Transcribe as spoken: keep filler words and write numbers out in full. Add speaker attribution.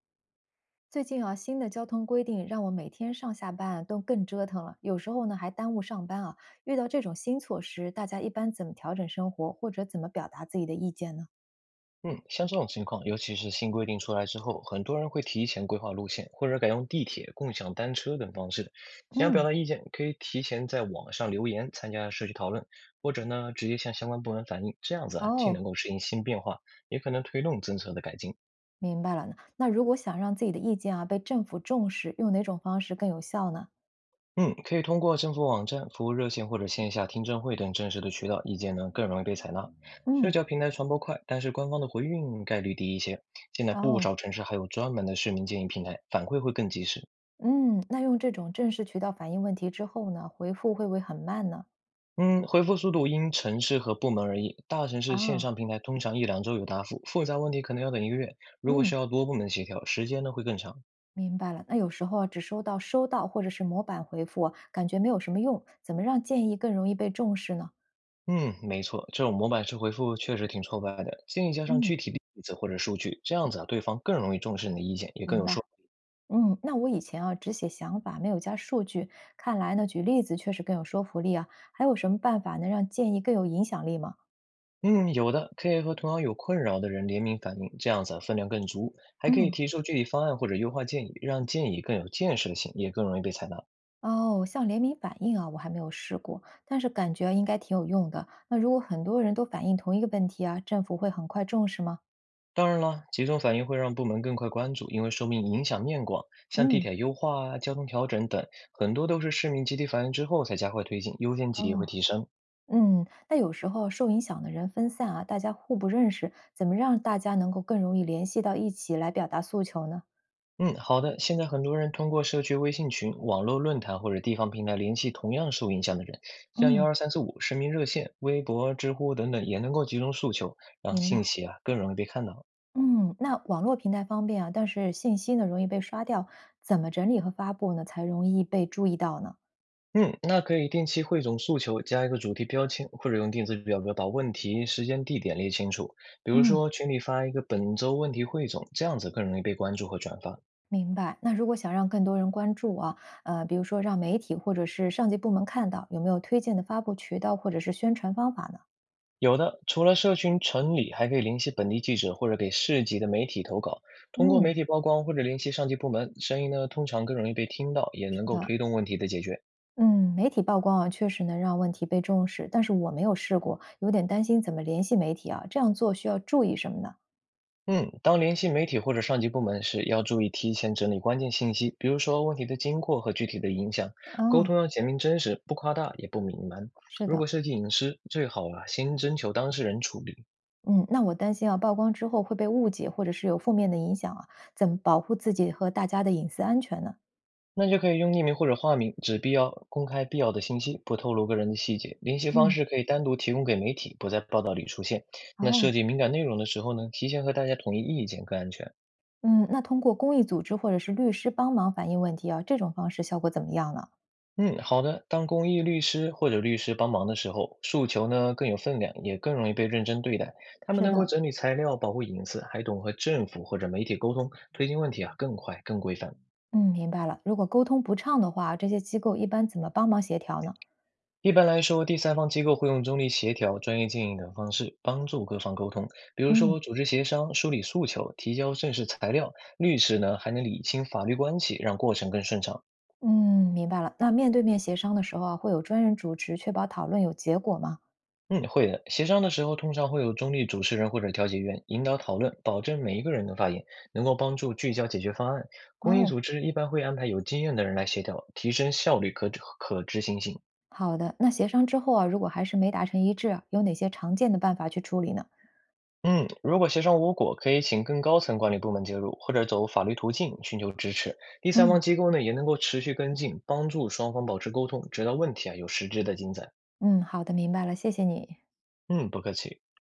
Speaker 1: 最近啊，新的交通规定让我每天上下班啊都更折腾了，有时候呢还耽误上班啊。遇到这种新措施，大家一般怎么调整生活，或者怎么表达自己的意见呢？
Speaker 2: 嗯，像这种情况，尤其是新规定出来之后，很多人会提前规划路线，或者改用地铁、共享单车等方式。想要表
Speaker 1: 嗯。
Speaker 2: 达意见，可以提前在网上留言，参加社区讨论，或者呢，直接向相关部门反映。这样子啊，既
Speaker 1: 哦。
Speaker 2: 能够适应新变化，也可能推动政策的改进。
Speaker 1: 明白了呢。那如果想让自己的意见啊被政府重视，用哪种方式更有效呢？
Speaker 2: 嗯，可以通过政府网站、服务热线或者线下听证会等正式的渠道，意见呢更容易被采纳。社
Speaker 1: 嗯。
Speaker 2: 交平台传播快，但是官方的回应概率低一些。现在不
Speaker 1: 哦。
Speaker 2: 少城市还有专门的市民建议平台，反馈会更及时。
Speaker 1: 嗯，那用这种正式渠道反映问题之后呢，回复会不会很慢呢？
Speaker 2: 嗯，回复速度因城市和部门而异，大城市线
Speaker 1: 啊。
Speaker 2: 上平台通常一两周有答复，复杂问题可能要等一个月。如果
Speaker 1: 嗯。
Speaker 2: 需要多部门协调，时间呢会更长。
Speaker 1: 明白了，那有时候啊，只收到收到或者是模板回复啊，感觉没有什么用，怎么让建议更容易被重视呢？
Speaker 2: 嗯，没错，这种模板式回复确实挺挫败的，建议加上具
Speaker 1: 嗯。
Speaker 2: 体例子或者数据，这样子啊，对方更容易重视你的意见，也更
Speaker 1: 明
Speaker 2: 有
Speaker 1: 白。
Speaker 2: 说服
Speaker 1: 嗯，那我以前啊只写想法，没有加数据，看来呢举例子确实更有说服力啊。还有什么办法能让建议更有影响力吗？
Speaker 2: 力。嗯，有的，可以和同样有困扰的人联名反映，这样子啊，分量更足，还可以
Speaker 1: 嗯。
Speaker 2: 提出具体方案或者优化建议，让建议更有建设性，也更容易被采纳。
Speaker 1: 哦，像联名反应啊，我还没有试过，但是感觉啊应该挺有用的。那如果很多人都反映同一个问题啊，政府会很快重视吗？
Speaker 2: 当然了，集中反应会让部门更快关注，因为说明影响面广，像地
Speaker 1: 嗯。
Speaker 2: 铁优化啊、交通调整等，很多都是市民集体反应之后才加快推进，优先级也会
Speaker 1: 哦。
Speaker 2: 提升。
Speaker 1: 嗯，那有时候受影响的人分散啊，大家互不认识，怎么让大家能够更容易联系到一起来表达诉求呢？
Speaker 2: 嗯，好的。现在很多人通过社区微信群、网络论坛或者地方平台联系同样受影响的人，像幺
Speaker 1: 嗯。
Speaker 2: 二三四五市民热线、微博、知乎等等，也能够集中诉求，让
Speaker 1: 明
Speaker 2: 信
Speaker 1: 白。
Speaker 2: 息啊更容易被看到。
Speaker 1: 嗯，那网络平台方便啊，但是信息呢容易被刷掉，怎么整理和发布呢才容易被注意到呢？
Speaker 2: 嗯，那可以定期汇总诉求，加一个主题标签，或者用电子表格把问题、时间、地点列清楚。比如
Speaker 1: 嗯。
Speaker 2: 说，群里发一个本周问题汇总，这样子更容易被关注和转发。
Speaker 1: 明白。那如果想让更多人关注啊，呃，比如说让媒体或者是上级部门看到，有没有推荐的发布渠道或者是宣传方法呢？
Speaker 2: 有的，除了社群城里，还可以联系本地记者或者给市级的媒体投稿，通过
Speaker 1: 嗯。
Speaker 2: 媒体曝光或者联系上级部门，声音呢通常更容易被听到，也能
Speaker 1: 是
Speaker 2: 够
Speaker 1: 的。
Speaker 2: 推动问题的解决。
Speaker 1: 嗯，媒体曝光啊，确实能让问题被重视，但是我没有试过，有点担心怎么联系媒体啊。这样做需要注意什么呢？
Speaker 2: 嗯，当联系媒体或者上级部门时，要注意提前整理关键信息，比如说问题的经过和具体的影响。沟
Speaker 1: 哦。
Speaker 2: 通要简明真实，不夸大也不隐瞒。
Speaker 1: 是
Speaker 2: 如果
Speaker 1: 的。
Speaker 2: 涉及隐私，最好啊先征求当事人处理。
Speaker 1: 嗯，那我担心啊，曝光之后会被误解，或者是有负面的影响啊，怎么保护自己和大家的隐私安全呢？
Speaker 2: 那就可以用匿名或者化名，只必要公开必要的信息，不透露个人的细节。联系方
Speaker 1: 嗯。
Speaker 2: 式可以单独提供给媒体，不在报道里出现。那
Speaker 1: 哦。
Speaker 2: 涉及敏感内容的时候呢，提前和大家统一意见更安全。
Speaker 1: 嗯，那通过公益组织或者是律师帮忙反映问题啊，这种方式效果怎么样呢？
Speaker 2: 嗯，好的。当公益律师或者律师帮忙的时候，诉求呢更有分量，也更容易被认真对待。他们
Speaker 1: 是
Speaker 2: 能够
Speaker 1: 的。
Speaker 2: 整理材料，保护隐私，还懂和政府或者媒体沟通，推进问题啊更快、更规范。
Speaker 1: 嗯，明白了。如果沟通不畅的话，这些机构一般怎么帮忙协调呢？
Speaker 2: 一般来说，第三方机构会用中立协调、专业建议等方式帮助各方沟通，比如
Speaker 1: 嗯。
Speaker 2: 说组织协商、梳理诉求、提交正式材料。律师呢还能理清法律关系，让过程更顺畅。
Speaker 1: 嗯，明白了。那面对面协商的时候啊，会有专人主持，确保讨论有结果吗？
Speaker 2: 嗯，会的。协商的时候，通常会有中立主持人或者调解员引导讨论，保证每一个人的发言，能够帮助聚焦解决方案。公益
Speaker 1: 哦。
Speaker 2: 组织一般会安排有经验的人来协调，提升效率可可执行性。
Speaker 1: 好的。那协商之后啊，如果还是没达成一致啊有哪些常见的办法去处理呢？
Speaker 2: 嗯，如果协商无果，可以请更高层管理部门介入，或者走法律途径寻求支持。第三
Speaker 1: 嗯
Speaker 2: 方机构呢，也能够持续跟进，帮助双方保持沟通，直到问题啊有实质的进展。
Speaker 1: 嗯，好的，明白了，谢谢你。
Speaker 2: 嗯，不客气。